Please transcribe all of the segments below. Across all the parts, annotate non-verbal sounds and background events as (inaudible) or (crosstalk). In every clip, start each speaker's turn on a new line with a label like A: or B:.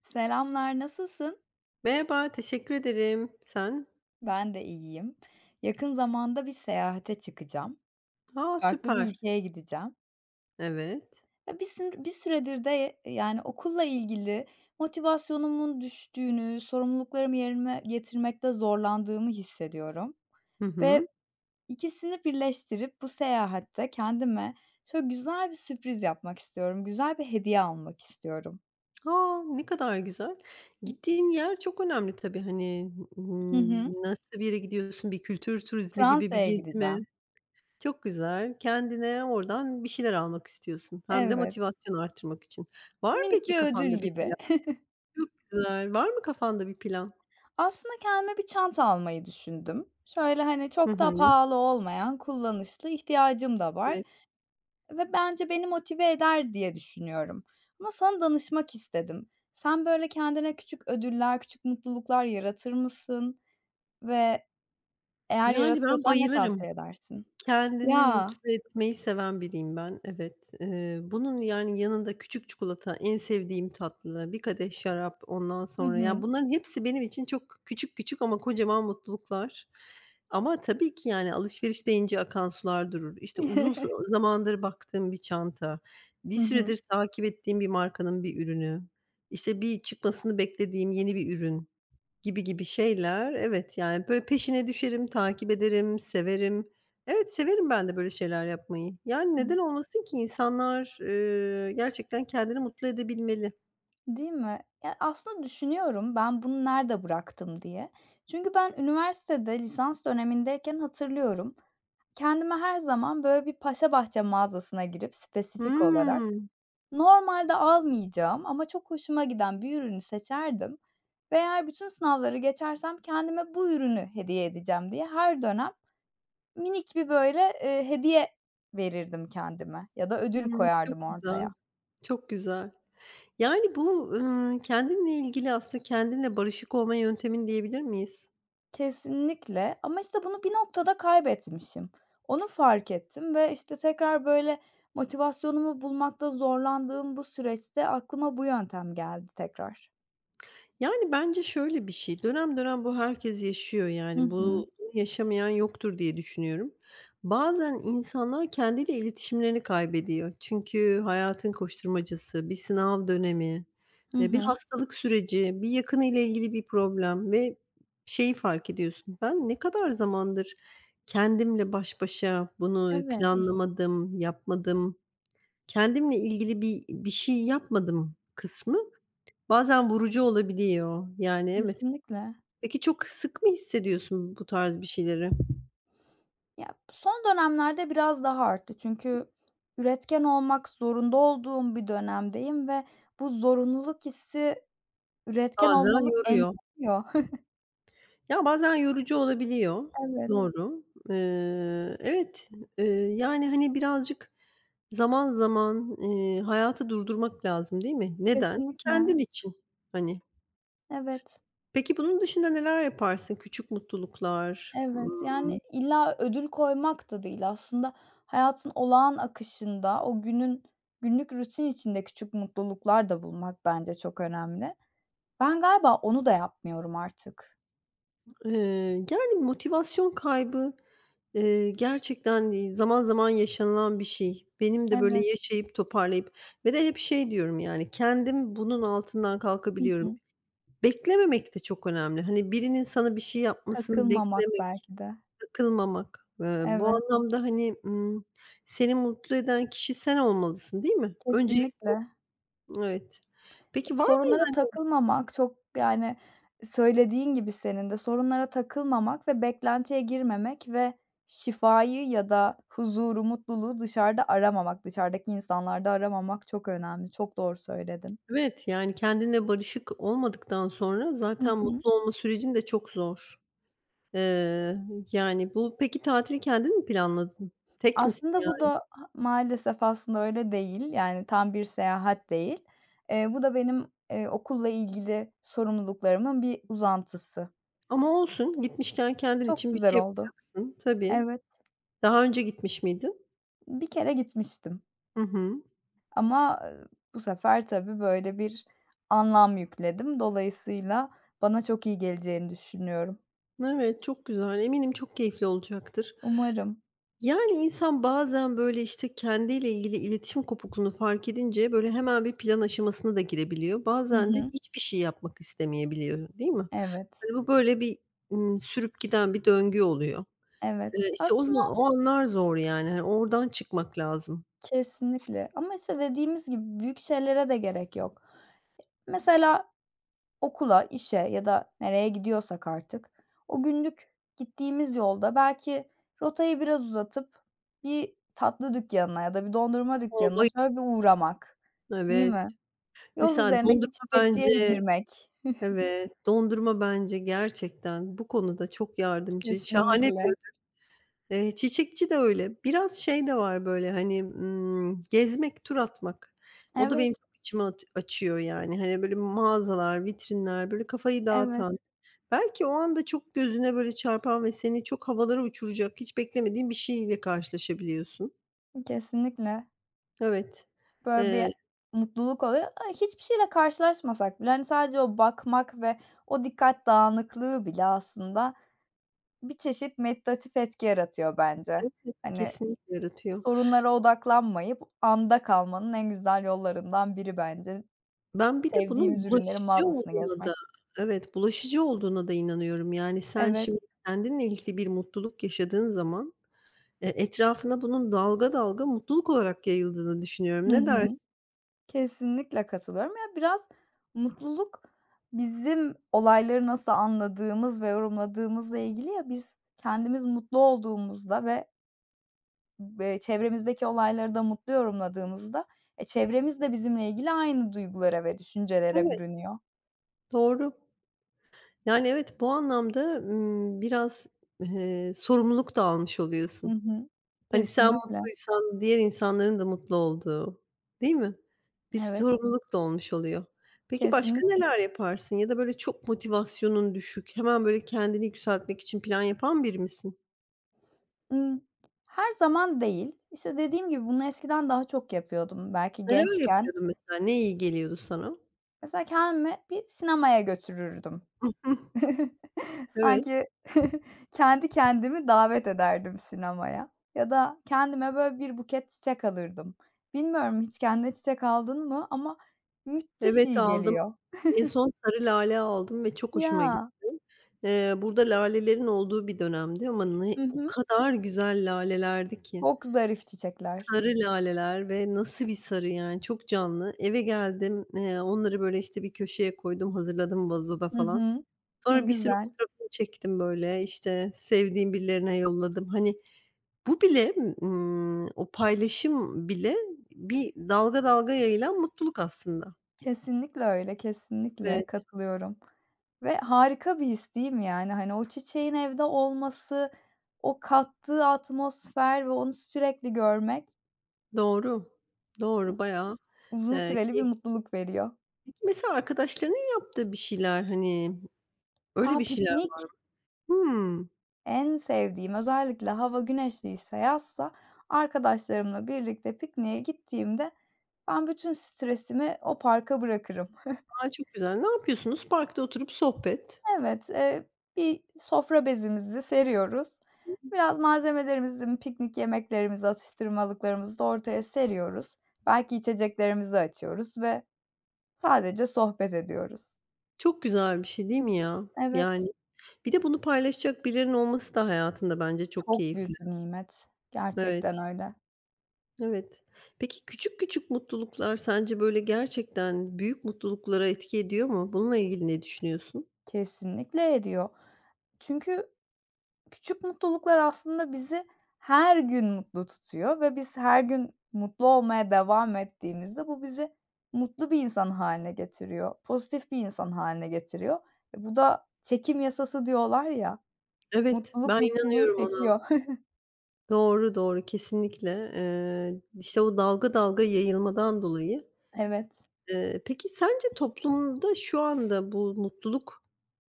A: Selamlar, nasılsın?
B: Merhaba, teşekkür ederim. Sen?
A: Ben de iyiyim. Yakın zamanda bir seyahate çıkacağım.
B: A,
A: Farklı bir
B: süper.
A: ülkeye gideceğim.
B: Evet.
A: Ve bir süredir de yani okulla ilgili motivasyonumun düştüğünü, sorumluluklarımı yerine getirmekte zorlandığımı hissediyorum.
B: Hı hı.
A: Ve ikisini birleştirip bu seyahatte kendime şöyle güzel bir sürpriz yapmak istiyorum. Güzel bir hediye almak istiyorum.
B: A, ne kadar güzel. Gittiğin yer çok önemli tabii. Hani,
A: Hı hı.
B: nasıl bir yere gidiyorsun? Bir kültür turizmi gibi bir
A: Fransa'ya
B: gezi mi?
A: gideceğim.
B: Çok güzel. Kendine oradan bir şeyler almak istiyorsun. Hem de
A: Evet.
B: motivasyon arttırmak için. Var mı
A: Minik
B: peki
A: bir ödül
B: kafanda bir plan?
A: gibi.
B: Çok güzel. Var mı kafanda bir plan?
A: Aslında kendime bir çanta almayı düşündüm. Şöyle, hani,
B: Hı
A: çok da
B: hı.
A: pahalı olmayan, kullanışlı, ihtiyacım da var
B: Evet.
A: ve bence beni motive eder diye düşünüyorum ama sana danışmak istedim. Sen, böyle, kendine küçük ödüller, küçük mutluluklar yaratır mısın ve eğer
B: Yani ben
A: yaratıyorsan ne
B: bayılırım.
A: tavsiye edersin?
B: Kendini
A: Ya!
B: mutlu etmeyi seven biriyim ben, evet. Bunun, yani, yanında küçük çikolata, en sevdiğim tatlı, bir kadeh şarap, ondan
A: Hı
B: sonra, ya,
A: hı.
B: bunların hepsi benim için çok küçük küçük ama kocaman mutluluklar. Ama tabii ki, yani, alışveriş deyince akan sular durur. İşte, uzun
A: (laughs)
B: zamandır baktığım bir çanta, bir
A: Hı hı.
B: süredir takip ettiğim bir markanın bir ürünü, işte, bir çıkmasını beklediğim yeni bir ürün. Gibi gibi şeyler. Evet, yani, böyle, peşine düşerim, takip ederim, severim. Evet, severim ben de böyle şeyler yapmayı. Yani, neden olmasın ki? İnsanlar gerçekten kendini mutlu edebilmeli.
A: Değil mi? Ya, aslında düşünüyorum ben bunu nerede bıraktım diye. Çünkü ben üniversitede lisans dönemindeyken hatırlıyorum. Kendime her zaman, böyle, bir paşabahçe mağazasına girip spesifik olarak
B: Hımm.
A: normalde almayacağım ama çok hoşuma giden bir ürünü seçerdim ve eğer bütün sınavları geçersem kendime bu ürünü hediye edeceğim diye her dönem minik bir, böyle, hediye verirdim kendime ya da ödül
B: Hımm. Çok
A: koyardım ortaya.
B: güzel, çok güzel. Yani, bu, kendinle ilgili aslında kendinle barışık olma yöntemin diyebilir miyiz?
A: Kesinlikle ama, işte, bunu bir noktada kaybetmişim. Onu fark ettim ve, işte, tekrar, böyle, motivasyonumu bulmakta zorlandığım bu süreçte aklıma bu yöntem geldi tekrar.
B: Yani, bence şöyle bir şey, dönem dönem bu herkes yaşıyor,
A: Hı
B: yani,
A: hı.
B: bu yaşamayan yoktur diye düşünüyorum. Bazen insanlar kendiyle iletişimlerini kaybediyor. Çünkü hayatın koşturmacası, bir sınav dönemi,
A: Hı
B: bir
A: hı.
B: hastalık süreci, bir yakını ile ilgili bir problem ve şeyi fark ediyorsun, ben ne kadar zamandır kendimle baş başa, bunu
A: Evet.
B: planlamadım, yapmadım, kendimle ilgili bir şey yapmadım kısmı bazen vurucu olabiliyor. Yani, evet.
A: Kesinlikle.
B: Peki çok sık mı hissediyorsun bu tarz bir şeyleri?
A: Ya, son dönemlerde biraz daha arttı çünkü üretken olmak zorunda olduğum bir dönemdeyim ve bu zorunluluk hissi üretken
B: Bazen
A: olmamı
B: yoruyor.
A: engelliyor. (laughs)
B: Ya, bazen yorucu olabiliyor.
A: Evet,
B: Doğru. Eee, evet, eee, yani, hani, birazcık zaman zaman, hayatı durdurmak lazım, değil mi? Neden?
A: kesinlikle.
B: Kendin için, hani.
A: Evet,
B: Peki bunun dışında neler yaparsın? Küçük mutluluklar,
A: evet. Yani illa ödül koymak da değil aslında hayatın olağan akışında o günün günlük rutin içinde küçük mutluluklar da bulmak bence çok önemli. Ben galiba onu da yapmıyorum artık.
B: Yani, motivasyon kaybı, gerçekten, zaman zaman yaşanılan bir şey. Benim de böyle
A: Evet.
B: yaşayıp toparlayıp ve de hep şey diyorum, yani, kendim bunun altından
A: Hı
B: kalkabiliyorum.
A: hı.
B: Beklememek de çok önemli. Hani, birinin sana bir şey yapmasını
A: Takılmamak
B: beklemek,
A: belki de.
B: takılmamak. Bu
A: Evet,
B: anlamda, hani, seni mutlu eden kişi sen olmalısın, değil mi? Öncelik
A: kesinlikle.
B: evet. Peki var mı
A: Sorunlara takılmamak çok, yani, söylediğin gibi senin de sorunlara takılmamak ve beklentiye girmemek ve şifayı ya da huzuru, mutluluğu dışarıda aramamak, dışarıdaki insanlarda aramamak çok önemli. Çok doğru söyledin.
B: evet, yani, kendine barışık olmadıktan sonra
A: Hı
B: zaten
A: hı.
B: mutlu olma sürecin de çok zor. Eee, yani, bu peki tatili kendin mi planladın? Tek misin
A: Aslında bu
B: yani?
A: da ha maalesef aslında öyle değil. Yani tam bir seyahat değil. Bu da benim, okulla ilgili sorumluluklarımın bir uzantısı.
B: Ama olsun, gitmişken kendin
A: Çok
B: için bir
A: güzel
B: şey
A: oldu.
B: yapacaksın. Tabii.
A: Evet.
B: Daha önce gitmiş miydin?
A: Bir kere gitmiştim
B: Hı hı.
A: ama, bu sefer tabii böyle bir anlam yükledim. Dolayısıyla bana çok iyi geleceğini düşünüyorum.
B: Evet, çok güzel. Eminim çok keyifli olacaktır.
A: Umarım.
B: Yani, insan bazen, böyle, işte, kendiyle ilgili iletişim kopukluğunu fark edince, böyle, hemen bir plan aşamasına da girebiliyor.
A: Hı
B: Bazen de
A: hı.
B: hiçbir şey yapmak istemeyebiliyor, değil mi?
A: Evet,
B: Hani, bu böyle bir, sürüp giden bir döngü oluyor.
A: evet.
B: İşte,
A: Aslında
B: o anlar zor yani. Hani, oradan çıkmak lazım.
A: kesinlikle ama işte dediğimiz gibi büyük şeylere de gerek yok. Mesela okula, işe ya da nereye gidiyorsak artık o günlük gittiğimiz yolda belki rotayı biraz uzatıp bir tatlı dükkanına ya da bir dondurma
B: O,
A: dükkanına
B: bayı
A: şöyle bir uğramak, değil
B: Evet.
A: mi? Yol
B: Mesela
A: üzerindeki
B: dondurma
A: çiçekçiye bir
B: bence
A: girmek.
B: evet, dondurma bence gerçekten bu konuda çok yardımcı. Şahane
A: Kesinlikle.
B: bir ödül. Çiçekçi de öyle. Biraz şey de var böyle, hani, gezmek, tur atmak. O da benim
A: Evet,
B: çok içimi at açıyor yani. Hani, böyle mağazalar, vitrinler, böyle kafayı
A: evet,
B: dağıtan, belki o anda çok gözüne böyle çarpan ve seni çok havalara uçuracak, hiç beklemediğin bir şeyle karşılaşabiliyorsun.
A: kesinlikle.
B: Evet,
A: Böyle bir
B: eee,
A: mutluluk oluyor. Ay, hiçbir şeyle karşılaşmasak bile, hani, sadece o bakmak ve o dikkat dağınıklığı bile aslında bir çeşit meditatif etki yaratıyor bence. Hani,
B: kesinlikle yaratıyor.
A: sorunlara odaklanmayıp anda kalmanın en güzel yollarından biri bence.
B: Ben bir de bunun
A: Sevdiğimiz ürünlerin
B: bulaşıcı
A: mağazasını
B: olduğuna da
A: gezmek.
B: evet, bulaşıcı olduğuna da inanıyorum. Yani, sen
A: Evet.
B: şimdi kendinle ilgili bir mutluluk yaşadığın zaman, e, etrafına bunun dalga dalga mutluluk olarak yayıldığını düşünüyorum.
A: Hı
B: Ne
A: hı.
B: dersin?
A: Kesinlikle katılıyorum. Ya, biraz mutluluk bizim olayları nasıl anladığımız ve yorumladığımızla ilgili ya. Biz kendimiz mutlu olduğumuzda ve, çevremizdeki olayları da mutlu yorumladığımızda, e, çevremiz de bizimle ilgili aynı duygulara ve düşüncelere
B: Evet,
A: bürünüyor.
B: doğru. Yani, evet, bu anlamda, biraz, sorumluluk da almış
A: Hı
B: oluyorsun.
A: hı.
B: Hani, sen
A: Kesinlikle.
B: mutluysan diğer insanların da mutlu olduğu, değil mi? Bir
A: Evet,
B: sorumluluk da olmuş oluyor. Peki
A: kesinlik
B: başka neler yaparsın ya da böyle çok motivasyonun düşük, hemen böyle kendini yükseltmek için plan yapan biri misin?
A: her zaman değil. İşte, dediğim gibi bunu eskiden daha çok yapıyordum belki
B: Neler
A: gençken.
B: yapıyordun mesela? Ne iyi geliyordu sana?
A: Mesela kendimi bir sinemaya götürürdüm.
B: (laughs) Hı hı.
A: (laughs)
B: Evet.
A: Sanki (laughs) kendi kendimi davet ederdim sinemaya ya da kendime böyle bir buket çiçek alırdım. Bilmiyorum hiç kendine çiçek aldın mı ama müthiş
B: Evet,
A: iyi
B: aldım.
A: geliyor.
B: En son sarı lale aldım ve çok hoşuma
A: Ya.
B: gitti. Burada lalelerin olduğu bir dönemdi ama ne
A: Hı
B: o
A: hı.
B: kadar güzel lalelerdi ki.
A: Çok zarif çiçekler.
B: Sarı laleler ve nasıl bir sarı yani, çok canlı. Eve geldim, onları böyle, işte, bir köşeye koydum, hazırladım vazoda
A: Hı
B: falan.
A: hı. Ne
B: Sonra bir sürü
A: güzel.
B: fotoğrafını çektim böyle, işte, sevdiğim birilerine yolladım. Hani, bu bile, o paylaşım bile bir dalga dalga yayılan mutluluk aslında.
A: Kesinlikle öyle, kesinlikle
B: Evet,
A: katılıyorum ve harika bir his değil mi yani? Hani o çiçeğin evde olması, o kattığı atmosfer ve onu sürekli görmek
B: doğru. Doğru, bayağı,
A: uzun süreli bir
B: keyifli.
A: mutluluk veriyor.
B: Peki, mesela arkadaşlarının yaptığı bir şeyler, hani, öyle
A: A,
B: bir şeyler
A: piknik
B: var. Hımm.
A: en sevdiğim. Özellikle hava güneşliyse, yazsa arkadaşlarımla birlikte pikniğe gittiğimde ben bütün stresimi o parka bırakırım.
B: A, çok güzel. Ne yapıyorsunuz? Parkta oturup sohbet.
A: Evet, bir sofra bezimizi seriyoruz. Biraz malzemelerimizi, piknik yemeklerimizi, atıştırmalıklarımızı da ortaya seriyoruz. Belki içeceklerimizi açıyoruz ve sadece sohbet ediyoruz.
B: Çok güzel bir şey değil mi ya?
A: Evet,
B: Yani, bir de bunu paylaşacak birilerinin olması da hayatında bence çok
A: çok
B: keyifli.
A: büyük bir nimet.
B: Evet,
A: Gerçekten öyle.
B: evet. Peki küçük küçük mutluluklar sence böyle gerçekten büyük mutluluklara etki ediyor mu? Bununla ilgili ne düşünüyorsun?
A: Kesinlikle ediyor. Çünkü küçük mutluluklar aslında bizi her gün mutlu tutuyor ve biz her gün mutlu olmaya devam ettiğimizde bu bizi mutlu bir insan haline getiriyor, pozitif bir insan haline getiriyor. E, bu da çekim yasası diyorlar ya,
B: Evet,
A: mutluluk
B: ben
A: mutluluğu
B: inanıyorum ona.
A: çekiyor. (laughs)
B: Doğru, doğru, kesinlikle. İşte o dalga dalga yayılmadan dolayı.
A: Evet,
B: Peki sence toplumda şu anda bu mutluluk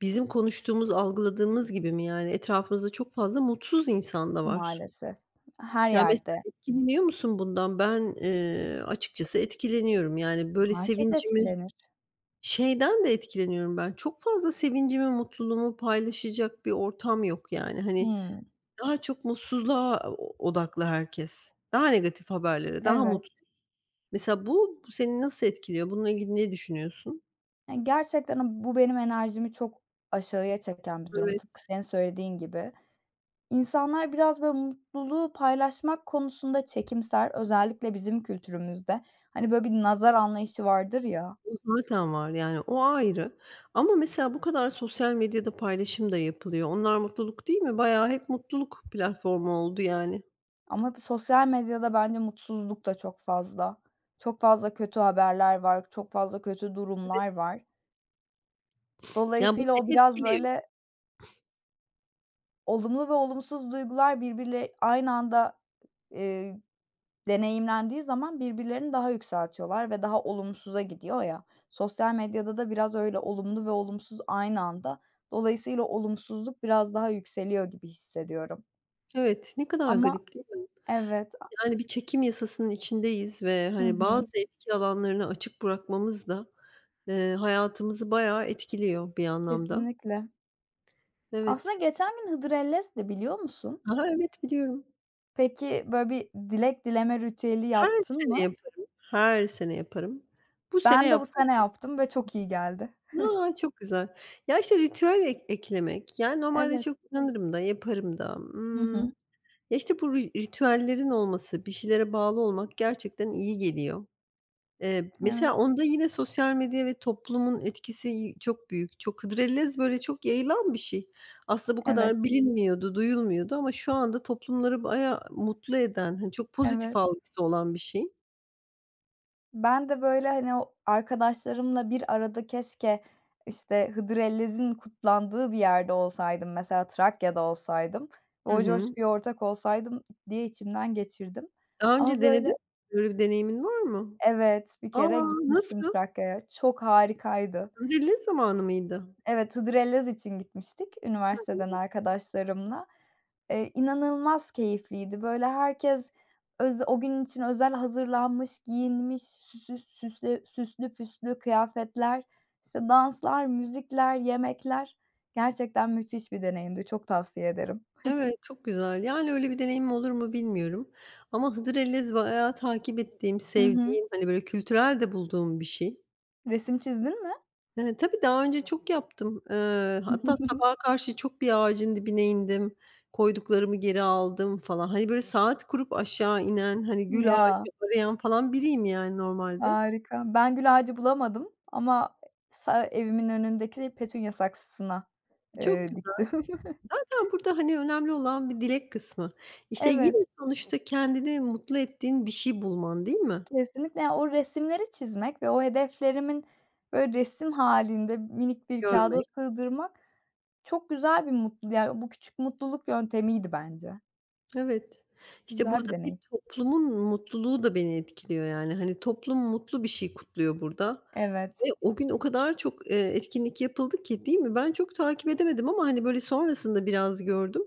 B: bizim konuştuğumuz, algıladığımız gibi mi? Yani etrafımızda çok fazla mutsuz insan da var.
A: maalesef. Her
B: Ya, mesela
A: yerde.
B: etkileniyor musun bundan? Ben, açıkçası etkileniyorum. Yani, böyle,
A: Herkes
B: sevincimi
A: etkilenir.
B: şeyden de etkileniyorum ben, çok fazla sevincimi, mutluluğumu paylaşacak bir ortam yok, yani. Hani,
A: Hımm,
B: daha çok mutsuzluğa o odaklı herkes. Daha negatif haberlere, daha mutsuz.
A: evet.
B: Mesela bu seni nasıl etkiliyor? Bununla ilgili ne düşünüyorsun?
A: Ya, gerçekten bu benim enerjimi çok aşağıya çeken bir durum. Tıpkı
B: Evet,
A: senin söylediğin gibi. İnsanlar biraz böyle mutluluğu paylaşmak konusunda çekimser, özellikle bizim kültürümüzde. Hani, böyle, bir nazar anlayışı vardır ya
B: o zaten var, yani, o ayrı ama mesela bu kadar sosyal medyada paylaşım da yapılıyor. Onlar mutluluk değil mi? Bayağı hep mutluluk platformu oldu, yani.
A: ama bu sosyal medyada bence mutsuzluk da çok fazla. Çok fazla kötü haberler var, çok fazla kötü durumlar var.
B: Ya, bu
A: Dolayısıyla o
B: seni
A: biraz,
B: etkiliyor.
A: böyle, olumlu ve olumsuz duygular birbirle aynı anda, eee deneyimlendiği zaman birbirlerini daha yükseltiyorlar ve daha olumsuza gidiyor ya. Sosyal medyada da biraz öyle olumlu ve olumsuz aynı anda. Dolayısıyla olumsuzluk biraz daha yükseliyor gibi hissediyorum.
B: Evet, ne kadar
A: Ama
B: garip değil mi?
A: evet.
B: Yani, bir çekim yasasının içindeyiz ve,
A: Hı
B: hani,
A: hı,
B: bazı etki alanlarını açık bırakmamız da, hayatımızı bayağı etkiliyor bir anlamda.
A: kesinlikle. Aslında
B: Evet.
A: geçen gün hıdrellezdi biliyor musun?
B: Ha ha, evet, biliyorum.
A: Peki, böyle bir dilek dileme ritüeli
B: Her
A: yaptın
B: sene
A: mı?
B: yaparım, her sene yaparım. Bu sene
A: Ben de bu
B: yapmadım.
A: sene yaptım ve çok iyi geldi.
B: A! Çok güzel. Ya, işte, ritüel ek eklemek, yani, normalde
A: Evet.
B: çok inanırım da yaparım da.
A: Hı
B: Imm,
A: hı.
B: ya, işte, bu ritüellerin olması, bir şeylere bağlı olmak gerçekten iyi geliyor. Mesela
A: Evet,
B: onda yine sosyal medya ve toplumun etkisi çok büyük. Çok hıdrellez, böyle, çok yayılan bir şey. Aslında bu
A: evet,
B: kadar bilinmiyordu, duyulmuyordu ama şu anda toplumları bayağı mutlu eden, hani, çok pozitif
A: evet.
B: algısı olan bir şey.
A: Ben de, böyle, hani, o arkadaşlarımla bir arada keşke, işte, Hıdrellez'in kutlandığı bir yerde olsaydım, mesela Trakya'da olsaydım ve
B: Hı
A: o
B: hı.
A: coşkuya ortak olsaydım diye içimden geçirdim.
B: Daha
A: Ama,
B: önce denedin
A: böyle.
B: mi? Böyle bir deneyimin var mı?
A: Evet, bir
B: A!
A: kere gitmiştim
B: Nasıl?
A: Trakya'ya. Çok harikaydı.
B: Hıdrellez zamanı mıydı?
A: Evet, Hıdrellez için gitmiştik üniversiteden arkadaşlarımla. İnanılmaz keyifliydi. Böyle herkes o gün için özel hazırlanmış, giyinmiş, süslü püslü kıyafetler, işte danslar, müzikler, yemekler. Gerçekten müthiş bir deneyimdi. Çok tavsiye ederim.
B: Evet, çok güzel. Yani, öyle bir deneyimim olur mu bilmiyorum ama hıdrellez bayağı takip ettiğim,
A: Hı hı.
B: sevdiğim, hani, böyle, kültürel de bulduğum bir şey.
A: Resim çizdin mi?
B: Tabii daha önce çok yaptım. Hatta sabaha
A: (laughs)
B: karşı çok bir ağacın dibine indim, koyduklarımı geri aldım falan. Hani, böyle, saat kurup aşağı inen, hani, gül ağacı
A: Ya,
B: arayan falan biriyim yani normalde.
A: harika. Ben gül ağacı bulamadım ama evimin önündeki petunya saksısına,
B: Çok güzel
A: diktim. (laughs)
B: ama burada, hani, önemli olan bir dilek kısmı. İşte, yine
A: Evet.
B: sonuçta kendini mutlu ettiğin bir şey bulman, değil mi?
A: Kesinlikle. Ya, o resimleri çizmek ve o hedeflerimin, böyle, resim halinde minik bir kâğıda
B: Görmek.
A: sığdırmak çok güzel bir mutlu yani bu küçük mutluluk yöntemiydi bence.
B: Evet. İşte,
A: Güzel
B: burada
A: bir
B: bir
A: deneyim.
B: toplumun mutluluğu da beni etkiliyor yani. Hani, toplum mutlu bir şey kutluyor burada.
A: Evet,
B: Ve o gün o kadar çok, etkinlik yapıldı ki, değil mi? Ben çok takip edemedim ama, hani, böyle, sonrasında biraz gördüm.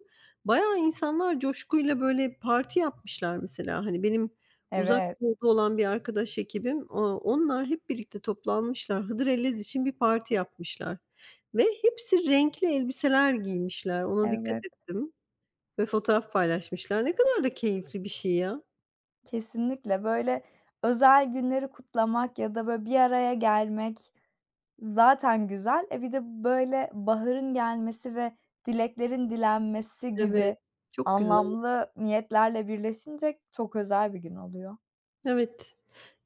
B: Bayağı insanlar coşkuyla, böyle, parti yapmışlar mesela. Hani, benim Uzak
A: evet,
B: Doğu'da olan bir arkadaş ekibim, onlar hep birlikte toplanmışlar. Hıdrellez için bir parti yapmışlar ve hepsi renkli elbiseler giymişler. Ona dikkat
A: evet.
B: ettim ve fotoğraf paylaşmışlar. Ne kadar da keyifli bir şey ya.
A: Kesinlikle. Böyle, özel günleri kutlamak ya da, böyle, bir araya gelmek zaten güzel. E, bir de, böyle, baharın gelmesi ve dileklerin dilenmesi
B: Evet,
A: gibi
B: çok güzel.
A: anlamlı niyetlerle birleşince çok özel bir gün oluyor.
B: Evet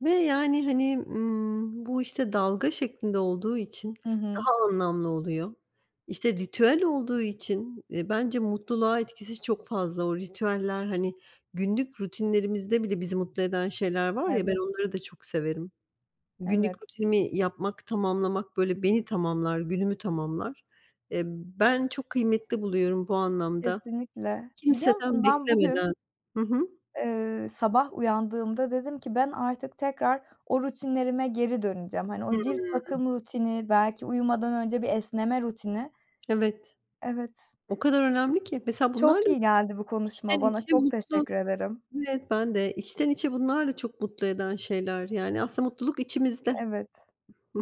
B: ve, yani, hani, bu, işte, dalga şeklinde olduğu için
A: Hı hı.
B: daha anlamlı oluyor. İşte, ritüel olduğu için, bence mutluluğa etkisi çok fazla. O ritüeller, hani, günlük rutinlerimizde bile bizi mutlu eden şeyler var ya, ben
A: Evet,
B: onları da çok severim. Günlük
A: evet.
B: rutinimi yapmak, tamamlamak, böyle, beni tamamlar, günümü tamamlar. Ben çok kıymetli buluyorum bu anlamda.
A: Kesinlikle. Biliyor
B: Kimseden
A: musun ben bugün,
B: beklemeden. Hı hı.
A: sabah uyandığımda dedim ki ben artık tekrar o rutinlerime geri döneceğim. Hani, o cilt
B: Hıı.
A: bakım rutini, belki uyumadan önce bir esneme rutini.
B: Evet.
A: Evet,
B: O kadar önemli ki. Mesela bunlar
A: çok
B: da
A: iyi geldi bu
B: İçten
A: konuşma bana.
B: içe
A: Çok
B: mutlu.
A: teşekkür ederim.
B: Evet, ben de içten içe bunlar da çok mutlu eden şeyler. Yani aslında mutluluk içimizde.
A: Evet.